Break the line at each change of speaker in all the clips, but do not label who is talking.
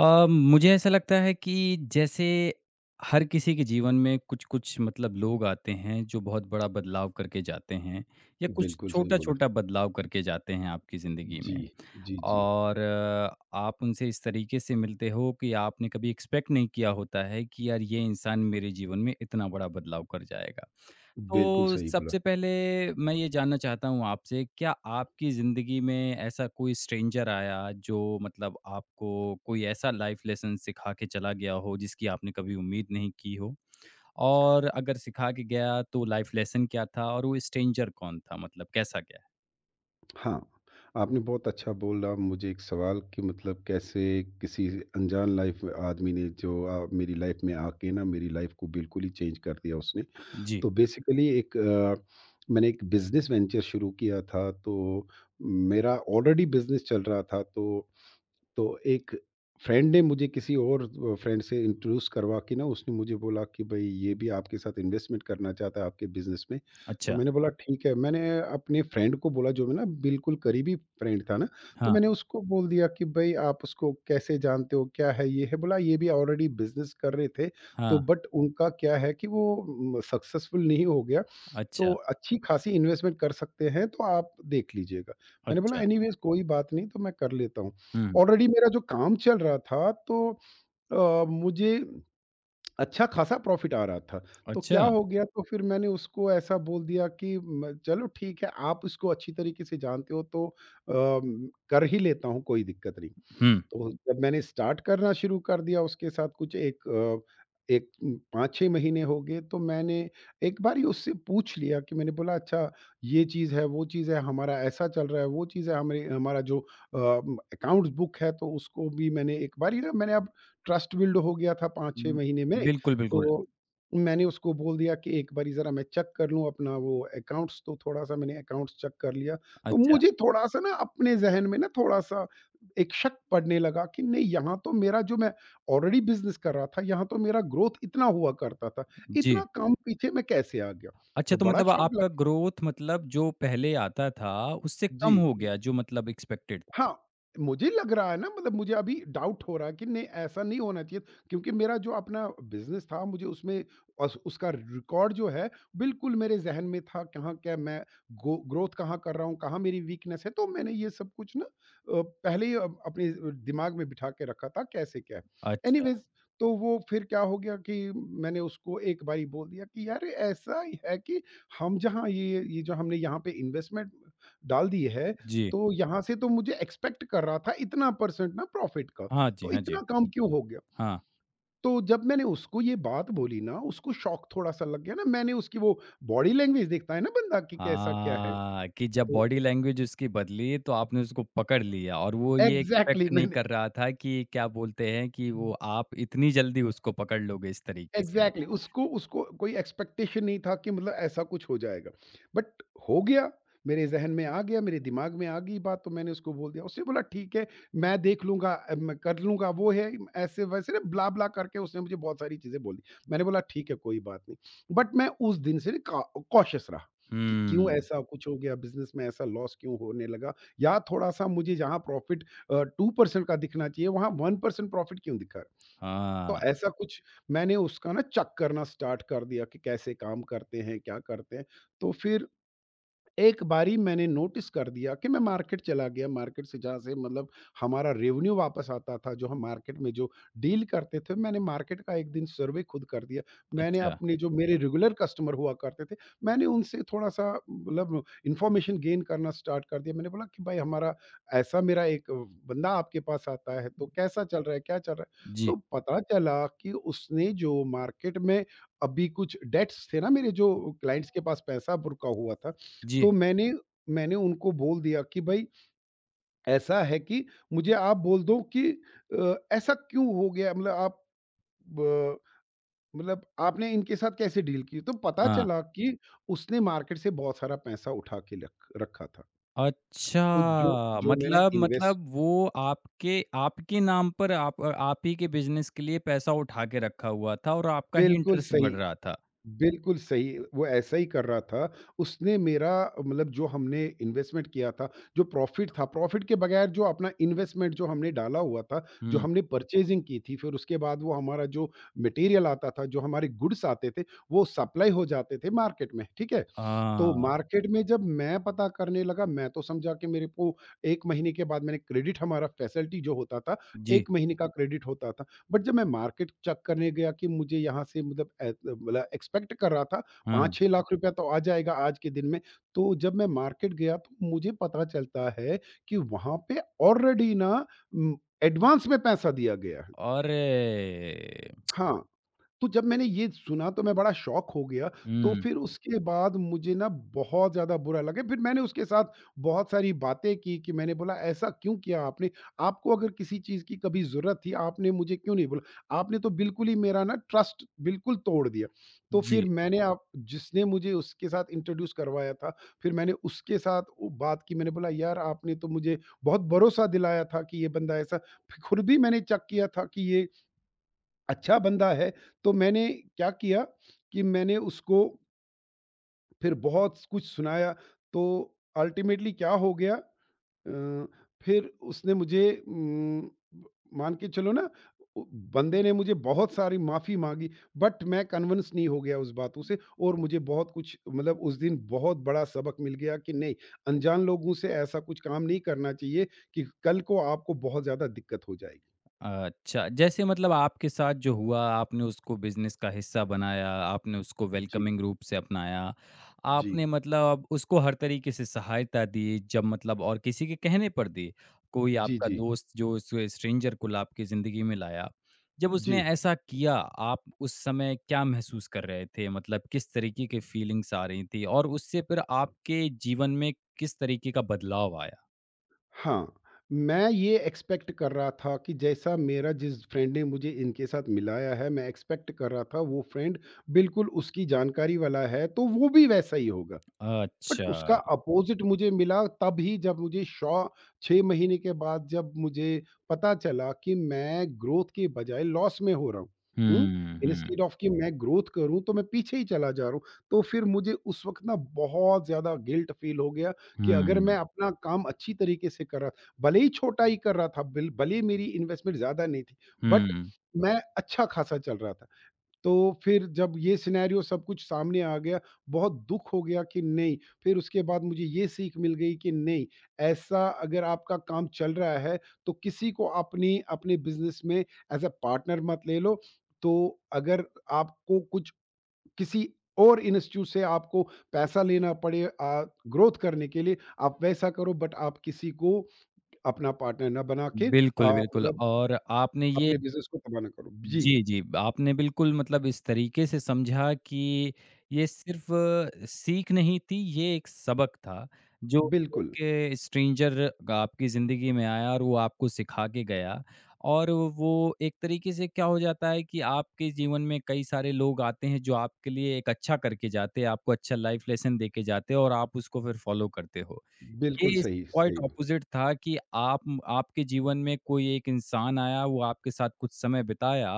मुझे ऐसा लगता है कि जैसे हर किसी के जीवन में कुछ-कुछ मतलब लोग आते हैं जो बहुत बड़ा बदलाव करके जाते हैं या कुछ
बिल्कुल सही बोला।
छोटा-छोटा बदलाव करके जाते हैं आपकी ज़िंदगी
जी,
में।
जी, जी।
और आप उनसे इस तरीके से मिलते हो कि आपने कभी एक्सपेक्ट नहीं किया होता है कि यार ये इंसान मेरे जीवन में इतना बड़ा बदलाव कर जाएगा।
बिल्कुल
तो
सही बोला।
सबसे पहले मैं ये जानना चाहता हूँ आपसे, क्या आपकी ज़िंदगी में ऐसा कोई स्ट्रेंजर आया जो मतलब आपको कोई ऐसा लाइफ़ लेसन सिखा के चला गया हो, जिसकी आपने कभी उम्मीद नहीं की हो? और अगर सिखा के गया तो लाइफ़ लेसन क्या था और वो स्ट्रेंजर कौन था मतलब कैसा गया?
हाँ, आपने बहुत अच्छा बोला मुझे एक सवाल कि मतलब कैसे किसी अनजान लाइफ़ आदमी ने जो मेरी लाइफ़ में आके ना मेरी लाइफ़ को बिल्कुल ही चेंज कर दिया उसने।
जी।
तो बेसिकली मैंने एक बिज़नेस वेंचर शुरू किया था, तो मेरा ऑलरेडी बिज़नेस चल रहा था, तो एक फ्रेंड ने मुझे किसी और फ्रेंड से इंट्रोड्यूस करवा के ना उसने मुझे बोला कि भाई ये भी आपके साथ इन्वेस्टमेंट करना चाहता है आपके बिजनेस में। तो
अच्छा।
मैंने बोला ठीक है, मैंने अपने फ्रेंड को बोला जो मेरा बिल्कुल करीबी फ्रेंड था ना, तो
हाँ,
मैंने उसको बोल दिया कि भाई आप उसको कैसे जानते हो, क्या है ये है। बोला ये भी ऑलरेडी बिजनेस कर रहे थे, तो
हाँ।
बट उनका क्या है कि वो सक्सेसफुल नहीं हो गया, तो
अच्छा,
अच्छी खासी इन्वेस्टमेंट कर सकते हैं, तो आप देख लीजिएगा। मैंने बोला
अच्छा।
एनीवेज़ कोई बात नहीं, तो मैं कर लेता हूँ।
हुँ।
ऑलरेडी मेरा जो काम चल रहा था, तो मुझे अच्छा खासा प्रॉफ़िट आ रहा था। तो
अच्छा।
क्या हो गया, तो फिर मैंने उसको ऐसा बोल दिया कि म चलो ठीक है, आप इसको अच्छी तरीके से जानते हो, तो कर ही लेता हूँ, कोई दिक्कत नहीं।
हुँ।
तो जब मैंने स्टार्ट करना शुरू कर दिया उसके साथ कुछ एक 5-6 महीने हो गए, तो मैंने एक बार ही उससे पूछ लिया कि मैंने बोला अच्छा ये चीज़ है, वो चीज़ है, हमारा ऐसा चल रहा है, वो चीज़ है, हमारे हमारा जो अकाउंट्स बुक है तो उसको भी मैंने एक बार ही ना मैंने अब ट्रस्ट बिल्ड हो गया था 5-6
उम,
महीने में,
बिल्कुल, बिल्कुल।
तो मैंने उसको बोल दिया कि एक बारी ज़रा मैं चेक कर लूँ अपना वो अकाउंट्स, तो थोड़ा-सा मैंने अकाउंट्स चेक कर लिया। तो
अच्छा।
मुझे थोड़ा-सा ना अपने ज़हन में ना थोड़ा-सा एक शक पड़ने लगा कि नहीं, यहाँ तो मेरा जो मैं ऑलरेडी बिजनेस कर रहा था यहाँ तो मेरा ग्रोथ इतना हुआ करता था,
जी।
इतना काम पीछे मैं कैसे आ गया। तो
अच्छा, तो
बड़ा
मतलब
शौक
आपका
लग
ग्रोथ मतलब जो पहले आता था, उससे
जी,
कम हो गया जो मतलब एक्सपेक्टेड था।
हाँ, मुझे लग रहा है ना, मतलब मुझे अभी डाउट हो रहा है कि नहीं ऐसा नहीं होना चाहिए, क्योंकि मेरा जो अपना बिज़नेस था मुझे उसमें अस उसका रिकॉर्ड जो है बिल्कुल मेरे ज़हन में था, कहाँ क्या मैं गो ग्रोथ कहाँ कर रहा हूँ, कहाँ मेरी वीकनेस है। तो मैंने ये सब कुछ ना पहले ही अपने दिमाग में बिठा के रखा था कैसे क्या है।
अच्छा।
एनीवेज़, तो वो फिर क्या हो गया कि मैंने उसको एक बारी बोल दिया कि यार ऐसा ही है कि हम जहाँ ये जो हमने यहाँ पे इन्वेस्टमेंट डाल दी है,
जी।
तो यहाँ से तो मुझे एक्सपेक्ट कर रहा था इतना परसेंट ना प्रॉफिट का,
हाँ जी,
तो
हाँ जी।
इतना कम क्यों हो गया?
हाँ।
तो जब मैंने उसको ये बात बोली ना, उसको शॉक थोड़ा-सा लग गया ना, मैंने उसकी वो बॉडी लैंग्वेज देखता है ना बंदा कि कैसा क्या है,
हाँ, कि जब
तो
बॉडी लैंग्वेज उसकी बदली तो आपने उसको पकड़ लिया और वो ये
एग्ज़ैक्टली
एक्सपेक्ट नहीं
मैंने
कर रहा था कि क्या बोलते हैं कि वो आप इतनी जल्दी उसको पकड़ लोगे इस तरीके से।
Exactly exactly. उसको उसको कोई एक्सपेक्टेशन नहीं था कि मतलब ऐसा कुछ हो जाएगा, बट हो गया। मेरे जहन में आ गया, मेरे दिमाग में आ गई बात, तो मैंने उसको बोल दिया। उसने बोला ठीक है, मैं देख लूंगा, मैं कर लूंगा वो है ऐसे वैसे ना ब्ला ब्ला करके उसने मुझे बहुत सारी चीज़ें बोली। मैंने बोला ठीक है कोई बात नहीं, बट मैं उस दिन से कॉशियस रहा कि
हुँ।
क्यों ऐसा कुछ हो गया, बिजनेस में ऐसा लॉस क्यों होने लगा, या थोड़ा सा मुझे जहाँ प्रॉफिट टू परसेंट का दिखना चाहिए वहाँ वन परसेंट प्रॉफिट क्यों दिखा।
हाँ।
तो ऐसा कुछ मैंने उसका ना चेक करना स्टार्ट कर दिया कि कैसे काम करते हैं, क्या करते हैं। तो फिर एक बारी मैंने नोटिस कर दिया कि मैं मार्केट चला गया, मार्केट से जहाँ से मतलब हमारा रेवेन्यू वापस आता था, जो हम मार्केट में जो डील करते थे, मैंने मार्केट का एक दिन सर्वे खुद कर दिया। मैंने
अच्छा।
अपने जो मेरे रेगुलर कस्टमर हुआ करते थे, मैंने उनसे थोड़ा सा मतलब इंफॉर्मेशन गेन करना स्टार्ट कर दिया। मैंने बोला कि भाई हमारा ऐसा मेरा एक बंदा आपके पास आता है तो कैसा चल रहा है, क्या चल रहा है,
जी,
तो पता चला कि उसने जो मार्केट में अभी कुछ डेट्स थे ना मेरे जो क्लाइंट्स के पास पैसा बुरका हुआ था।
जी।
तो मैंने मैंने उनको बोल दिया कि भाई ऐसा है कि मुझे आप बोल दो कि ऐसा क्यों हो गया, मतलब आप ब मतलब आपने इनके साथ कैसे डील की? तो पता
हाँ।
चला कि उसने मार्केट से बहुत सारा पैसा उठा के लख रखा था। तो जो
अच्छा,
जो मैंने
मतलब
इन्वेस्ट
मतलब वो आपके आपके नाम पर आप ही के बिज़नेस के लिए पैसा उठा के रखा हुआ था और आपका ही
बिल्कुल
इंटरेस्ट बढ़
सही।
रहा था।
बिल्कुल सही, वो ऐसा ही कर रहा था। उसने मेरा मतलब जो हमने इन्वेस्टमेंट किया था, जो प्रॉफ़िट था, प्रॉफ़िट के बगैर जो अपना इन्वेस्टमेंट जो हमने डाला हुआ था, जो
हुँ।
हमने परचेज़िंग की थी, फिर उसके बाद वो हमारा जो मटेरियल आता था, जो हमारे गुड्स आते थे, वो सप्लाई हो जाते थे मार्केट में, ठीक है? तो
हाँ,
मार्केट में जब मैं पता करने लगा, मैं तो समझा कि मेरे को 1 महीने के बाद मैंने क्रेडिट हमारा फैसिलिटी जो होता था,
जी।
1 महीने का क्रेडिट होता था। बट जब मैं मार्केट चेक करने गया कि मुझे यहाँ से मतलब मतलब एक्सपेक्ट कर रहा था पाँच
हाँ।
छः लाख रुपया तो आ जाएगा आज के दिन में, तो जब मैं मार्केट गया तो मुझे पता चलता है कि वहाँ पे ऑलरेडी ना एडवांस में पैसा दिया गया है।
अरे!
हाँ, तो जब मैंने ये सुना तो मैं बड़ा शॉक हो गया, तो
हुँ।
फिर उसके बाद मुझे ना बहुत ज़्यादा बुरा लगा। फिर मैंने उसके साथ बहुत सारी बातें की कि मैंने बोला ऐसा क्यों किया आपने? आपको अगर किसी चीज़ की कभी ज़रूरत थी, आपने मुझे क्यों नहीं बोला? आपने तो बिल्कुल ही मेरा ना ट्रस्ट बिल्कुल तोड़ दिया। तो
जी।
फिर मैंने आप जिसने मुझे उसके साथ इंट्रोड्यूस करवाया था, फिर मैंने उसके साथ वो बात की। मैंने बोला यार आपने तो मुझे बहुत भरोसा दिलाया था कि ये बंदा ऐसा, फ़िर खुद भी मैंने चेक किया था कि ये अच्छा बंदा है, तो मैंने क्या किया कि मैंने उसको फिर बहुत कुछ सुनाया। तो अल्टीमेटली क्या हो गया फिर उसने मुझे मान के चलो ना उ बंदे ने मुझे बहुत सारी माफ़ी माँगी, बट मैं कन्विंस नहीं हो गया उस बातों से, और मुझे बहुत कुछ मतलब उस दिन बहुत बड़ा सबक मिल गया कि नहीं, अनजान लोगों से ऐसा कुछ काम नहीं करना चाहिए कि कल को आपको बहुत ज़्यादा दिक्कत हो जाएगी।
अच्छा, जैसे मतलब आपके साथ जो हुआ, आपने उसको बिज़नेस का हिस्सा बनाया, आपने उसको
जी,
वेलकमिंग रूप से अपनाया,
जी।
आपने मतलब उसको हर तरीके से सहायता दी, जब मतलब और किसी के कहने पर दी। कोई
जी,
आपका
जी।
दोस्त जो इस स्ट्रेंजर को ला आपकी ज़िंदगी में लाया, जब
जी।
उसने ऐसा किया, आप उस समय क्या महसूस कर रहे थे? मतलब किस तरीके की फीलिंग्स आ रही थी? और उससे फिर आपके जीवन में किस तरीके का बदलाव आया?
हाँ, मैं ये एक्सपेक्ट कर रहा था कि जैसा मेरा जिस फ्रेंड ने मुझे इनके साथ मिलाया है, मैं एक्सपेक्ट कर रहा था वो फ्रेंड बिल्कुल उसकी जानकारी वाला है, तो वो भी वैसा ही होगा। बट उसका
अच्छा।
अपोज़िट मुझे मिला तभी जब मुझे शौ 6 महीने के बाद जब मुझे पता चला कि मैं ग्रोथ के बजाय लॉस में हो रहा हूँ। हुँ?
हुँ, हुँ,
इंस्टीड ऑफ कि मैं ग्रोथ करूँ, तो मैं पीछे ही चला जा रहा हूँ। तो फिर मुझे उस वक़्त ना बहुत ज़्यादा गिल्ट फ़ील हो गया कि अगर मैं
हुँ।
अपना काम अच्छी तरीके से कर रहा, भले ही छोटा ही कर रहा था, बिल भले ही मेरी इन्वेस्टमेंट ज़्यादा नहीं थी, बट
हुँ।
मैं अच्छा खासा चल रहा था। तो फिर जब ये सिनेरियो सब कुछ सामने आ गया, बहुत दुःख हो गया कि नहीं, फिर उसके बाद मुझे ये सीख मिल गई कि नहीं, ऐसा अगर आपका काम चल रहा है, तो किसी को अपनी अपने बिज़नेस में एज़ अ पार्टनर मत ले लो। तो अगर आपको कुछ किसी और इंस्टीट्यूट से आपको पैसा लेना पड़े ग्रोथ करने के लिए, आप वैसा करो, बट आप किसी को अपना पार्टनर ना बना के
बिल्कुल, बिल्कुल।
मतलब
और आपने ये
अपने बिज़नेस को तबाह ना करो। जी,
जी, जी, आपने बिल्कुल मतलब इस तरीके से समझा कि ये सिर्फ़ सीख नहीं थी, ये एक सबक था, जो
बिल्कुल।
एक स्ट्रेंजर आपकी ज़िंदगी में आया और वो आपको सिखा के गया। और वो एक तरीके से क्या हो जाता है कि आपके जीवन में कई सारे लोग आते हैं, जो आपके लिए एक अच्छा करके जाते हैं, आपको अच्छा लाइफ़ लेसन दे के जाते हैं और आप उसको फिर फ़ॉलो करते हो।
बिल्कुल
ये इसके
सही,
क्वाइट
सही बात।
ऑपोज़िट था कि आप आपके जीवन में कोई एक इंसान आया, वो आपके साथ कुछ समय बिताया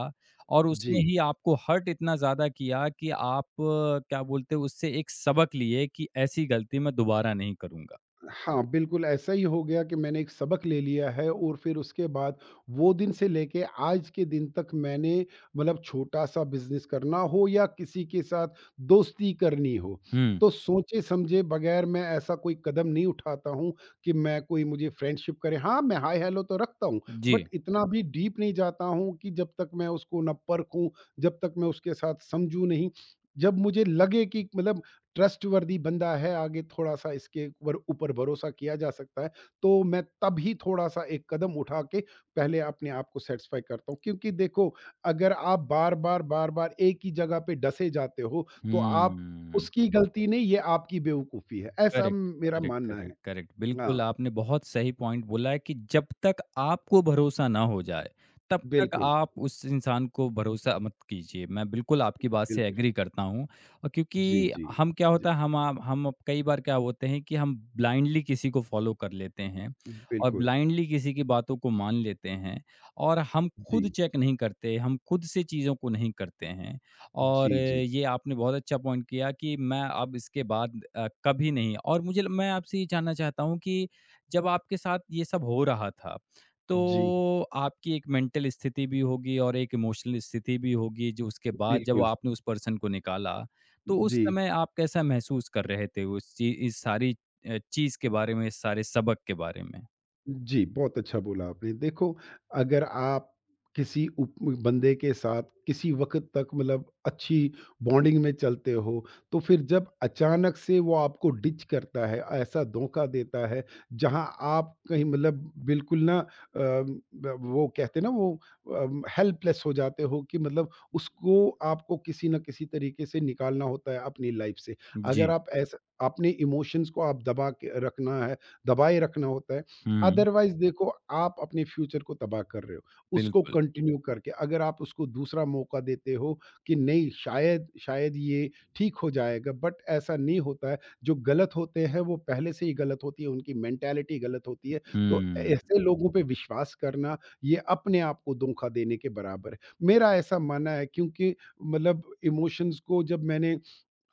और
जी।
उसने ही आपको हर्ट इतना ज़्यादा किया कि आप क्या बोलते हैं, उससे एक सबक लिए कि ऐसी गलती मैं दोबारा नहीं करूँगा।
हाँ, बिल्कुल ऐसा ही हो गया कि मैंने एक सबक ले लिया है, और फिर उसके बाद वो दिन से लेके आज के दिन तक मैंने मतलब छोटा-सा बिज़नेस करना हो या किसी के साथ दोस्ती करनी हो,
हुँ।
तो सोचे-समझे बगैर मैं ऐसा कोई कदम नहीं उठाता हूँ कि मैं कोई मुझे फ्रेंडशिप करे। हाँ, मैं हाय हेलो तो रखता हूँ,
जी।
बट इतना भी डीप नहीं जाता हूँ कि जब तक मैं उसको ना परखूँ, जब तक मैं उसके साथ समझूँ नहीं। जब मुझे लगे कि मतलब ट्रस्टवर्दी बंदा है, आगे थोड़ा-सा इसके ऊपर ऊपर भरोसा किया जा सकता है, तो मैं तब ही थोड़ा-सा एक कदम उठा के पहले अपने आप को सैटिस्फ़ाई करता हूँ। क्योंकि देखो, अगर आप बार-बार, बार-बार एक ही जगह पे डँसे जाते हो, तो आप
हुँ।
उसकी गलती नहीं, ये आपकी बेवकूफ़ी है, ऐसा
करेक्ट,
मेरा
करेक्ट,
मानना है।
Correct, correct. बिल्कुल,
हाँ,
आपने बहुत सही पॉइंट बोला है कि जब तक आपको भरोसा ना हो जाए, तब तक
बिल्कुल,
आप उस इंसान को भरोसा मत कीजिए। मैं बिल्कुल आपकी बात से
बिल्कुल।
एग्री करता हूँ। और
जी,
क्योंकि
जी,
हम क्या
जी।
होता है हम आप हम अब कई बार क्या होते हैं कि हम ब्लाइंडली किसी को फ़ॉलो कर लेते हैं और
बिल्कुल।
ब्लाइंडली किसी की बातों को मान लेते हैं और हम
जी।
खुद चेक नहीं करते, हम खुद से चीज़ों को नहीं करते हैं। और
जी, जी, जी।
ये आपने बहुत अच्छा पॉइंट किया कि मैं अब इसके बाद कभी नहीं। और मैं आपसे ये जानना चाहता हूँ कि जब आपके साथ ये सब हो रहा था तो
जी,
आपकी एक मेंटल स्थिति भी होगी और एक इमोशनल स्थिति भी होगी जो उसके बाद जब
बिल्कुल।
आपने उस पर्सन को निकाला, तो उस
जी।
समय आप कैसा महसूस कर रहे थे उस चीज इस सारी चीज के बारे में, इस सारे सबक के बारे में।
जी, बहुत अच्छा बोला आपने। देखो, अगर आप किसी उप बंदे के साथ किसी वक़्त तक मतलब अच्छी बॉन्डिंग में चलते हो, तो फिर जब अचानक से वो आपको डिच करता है, ऐसा धोखा देता है, जहाँ आप कहीं मतलब बिल्कुल ना अ, ब वो कहते हैं ना वो हेल्पलेस हो जाते हो कि मतलब उसको आपको किसी न किसी तरीके से निकालना होता है अपनी लाइफ़ से। अगर
जी।
आप ऐसा अपने इमोशंस को आप दबाए रखना होता है।
हम्म।
अदरवाइज़ देखो आप अपने फ्यूचर को तबाह कर रहे हो। उसको
बिल्कुल।
कंटिन्यू करके अगर आप उसको दूसरा मौका देते हो कि नहीं शायद शायद ये ठीक हो जाएगा बट ऐसा नहीं होता है। जो गलत होते हैं वो पहले से ही गलत होती है, उनकी मेंटालिटी गलत होती है। तो
हम्म।
ऐसे लोगों पे विश्वास करना ये अपने आप को धोखा देने के बराबर है। मेरा ऐसा मानना है क्योंकि मतलब इमोशंस को जब मैंने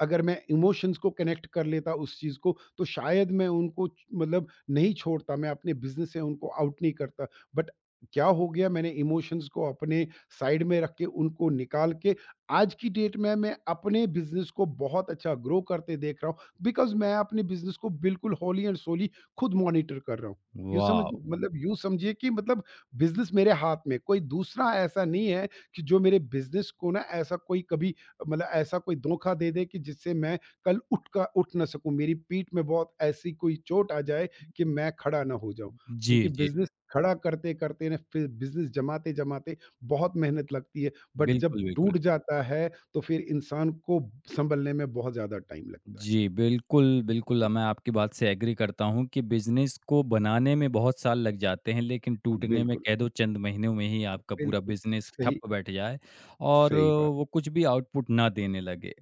अगर मैं इमोशंस को कनेक्ट कर लेता उस चीज़ को, तो शायद मैं मतलब नहीं छोड़ता, मैं अपने बिज़नेस से उनको आउट नहीं करता। बट क्या हो गया मैंने इमोशंस को अपने साइड में रख के उनको निकाल के आज की डेट में मैं अपने बिज़नेस को बहुत अच्छा ग्रो करते देख रहा हूँ बिकॉज़ मैं अपने बिज़नेस को बिल्कुल होली एंड सोली खुद मॉनिटर कर रहा हूँ।
वाह।
यूँ समझिए कि मतलब बिज़नेस मेरे हाथ में, कोई दूसरा ऐसा नहीं है कि जो मेरे बिज़नेस को ना ऐसा कोई कभी मतलब ऐसा कोई धोखा दे दे कि जिससे मैं कल उठ का उठ ना सकूँ, मेरी पीठ में बहुत ऐसी कोई चोट आ जाए कि मैं खड़ा ना हो जाऊँ।
जी,
क्योंकि
जी।
बिज़नेस खड़ा करते-करते ना फिर बिज़नेस जमाते-जमाते बहुत मेहनत लगती है, बट जब
बिल्कुल, बिल्कुल।
टूट जाता है, तो फिर इंसान को सँभलने में बहुत ज़्यादा टाइम लगता है।
जी, बिल्कुल, बिल्कुल।
जी,
मैं आपकी बात से एग्री करता हूँ कि बिज़नेस को बनाने में बहुत साल लग जाते हैं, लेकिन टूटने में
बिल्कुल,
कह दो चंद महीनों में ही आपका पूरा
बिल्कुल,
बिज़नेस ठप
सही
बैठ जाए और
सही बात,
वो कुछ भी आउटपुट ना देने लगे।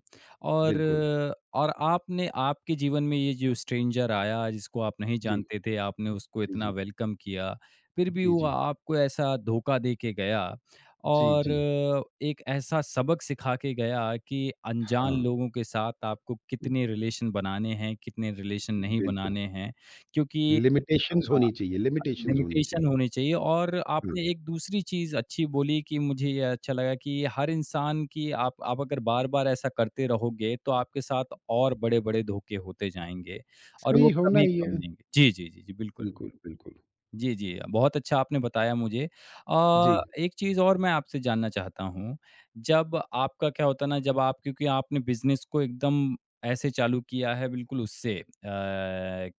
बिल्कुल।
और आपने आपके जीवन में ये जो स्ट्रेंजर आया जिसको आप नहीं
जी,
जानते थे, आपने उसको
जी,
इतना
जी,
वेलकम किया, फिर भी
जी,
वो
जी,
आपको ऐसा धोखा दे के गया
जी,
और
जी,
एक ऐसा सबक सिखा के गया कि अनजान
हाँ,
लोगों के साथ आपको कितने रिलेशन बनाने हैं, कितने रिलेशन नहीं
बिल्कुल।
बनाने हैं, क्योंकि हाँ,
लिमिटेशंस होनी
लिमिटेशन
चाहिए।
होनी चाहिए। और
हाँ।
आपने एक दूसरी चीज़ अच्छी बोली कि मुझे ये अच्छा लगा कि हर इंसान की आप अगर बार-बार ऐसा करते रहोगे, तो आपके साथ और बड़े-बड़े धोखे होते जाएँगे और
सही
वो
होना
कभी
ही
कम
है।
नहीं होंगे। जी, जी, जी, जी, बिल्कुल।
बिल्कुल, बिल्कुल।
जी, जी। बहुत अच्छा आपने बताया मुझे। जी।
जी।
एक चीज़ और मैं आपसे जानना चाहता हूँ, जब आपका क्या होता है ना जब आप क्योंकि आपने बिज़नेस को एकदम ऐसे चालू किया है बिल्कुल उससे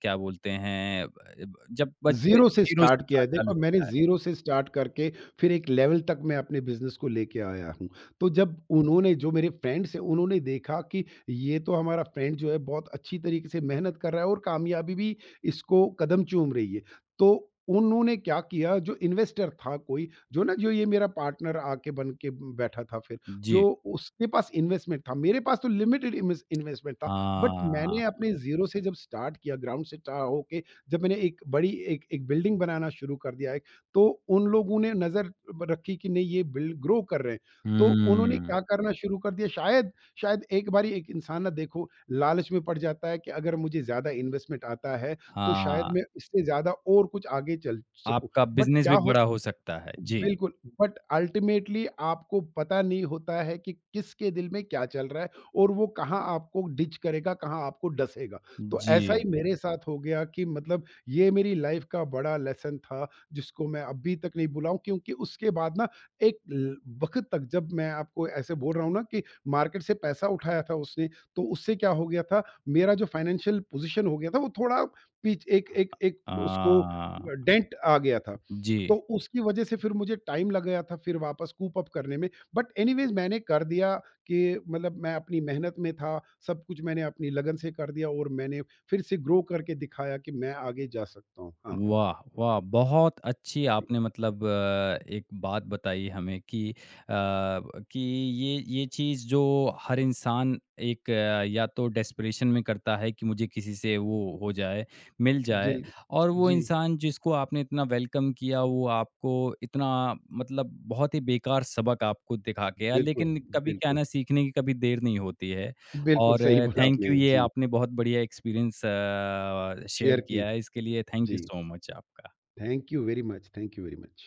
क्या बोलते हैं ब जब बचपन
ज़ीरो से
0 से
स्टार्ट किया
चा
है।
चालू
देखो मैंने
किया है।
ज़ीरो से स्टार्ट करके फिर एक लेवल तक मैं अपने बिज़नेस को लेके आया हूँ। तो जब उन्होंने जो मेरे फ्रेंड्स हैं उन्होंने देखा कि ये तो हमारा फ्रेंड जो है बहुत अच्छी तरीके से मेहनत कर रहा है और कामयाबी भी इसको कदम चूम रही है। तो उन्होंने क्या किया जो इन्वेस्टर था कोई, जो ना जो ये मेरा पार्टनर आके बन के बैठा था फिर, जो
जी।
उसके पास इन्वेस्टमेंट था। मेरे पास तो लिमिटेड इन्वेस्टमेंट था। बट मैंने
हाँ।
अपने ज़ीरो से जब स्टार्ट किया ग्राउंड से स्टा होके जब मैंने एक बड़ी एक एक बिल्डिंग बनाना शुरू कर दिया है, तो उन लोगों ने नज़र ब रखी कि नहीं ये बिल्ड ग्रो कर रहे हैं। तो उन्होंने
हुँ।
क्या करना शुरू कर दिया शायद शायद एक बारी एक इंसान ना देखो लालच में पड़ जाता है कि अगर मुझे ज़्यादा इन्वेस्टमेंट आता है, तो शायद
हाँ,
मैं इससे ज़्यादा और कुछ आगे चल सकूँ।
आपका
बट
बिज़नेस
क्या
भी
हो
बड़ा हो सकता है। जी।
बिल्कुल, बट अल्टीमेटली आपको पता नहीं होता है कि किसके दिल में क्या चल रहा है और वो कहाँ आपको डिच करेगा, कहाँ आपको डसेगा। तो ऐसा
जी।
ही मेरे साथ हो गया कि मतलब ये मेरी लाइफ़ का बड़ा लेसन था, जिसको मैं अभी तक नहीं भुलाऊँ क्योंकि उसके बाद ना एक ल वक़्त तक जब मैं आपको ऐसे बोल रहा हूँ ना कि मार्केट से पैसा उठाया था उसने, तो उससे क्या हो गया था, मेरा जो फाइनेंशियल पोज़ीशन हो गया था, वो थोड़ा पीछ एक एक एक उसको अ,
हाँ।
डेंट आ गया था।
जी।
तो उसकी वजह से फिर मुझे टाइम लग गया था फिर वापस कूप अप करने में। बट एनीवेज़ मैंने कर दिया कि मतलब मैं अपनी मेहनत में था, सब कुछ मैंने अपनी लगन से कर दिया और मैंने फिर से ग्रो करके दिखाया कि मैं आगे जा सकता हूँ। हाँ,
वाह! वाह! बहुत अच्छी
जी।
आपने मतलब एक बात बताई हमें कि कि ये चीज़ जो हर इंसान एक या तो डेस्परेशन में करता है कि मुझे किसी से वो हो जाए, मिल जाए।
जिल
और वो
जी,
इंसान जिसको आपने इतना वेलकम किया वो आपको इतना मतलब बहुत ही बेकार सबक आपको दिखा के गया,
बिल्कुल,
लेकिन कभी क्या है
बिल्कुल।
ना सीखने की कभी देर नहीं होती है।
बिल्कुल
और
सही बोला
थैंक यू,
आपने।
ये
जी,
आपने बहुत बढ़िया एक्सपीरियंस शेयर
शेयर की।
किया है। इसके लिए थैंक यू
जी,
सो मच आपका।
Thank you very much, thank you very much.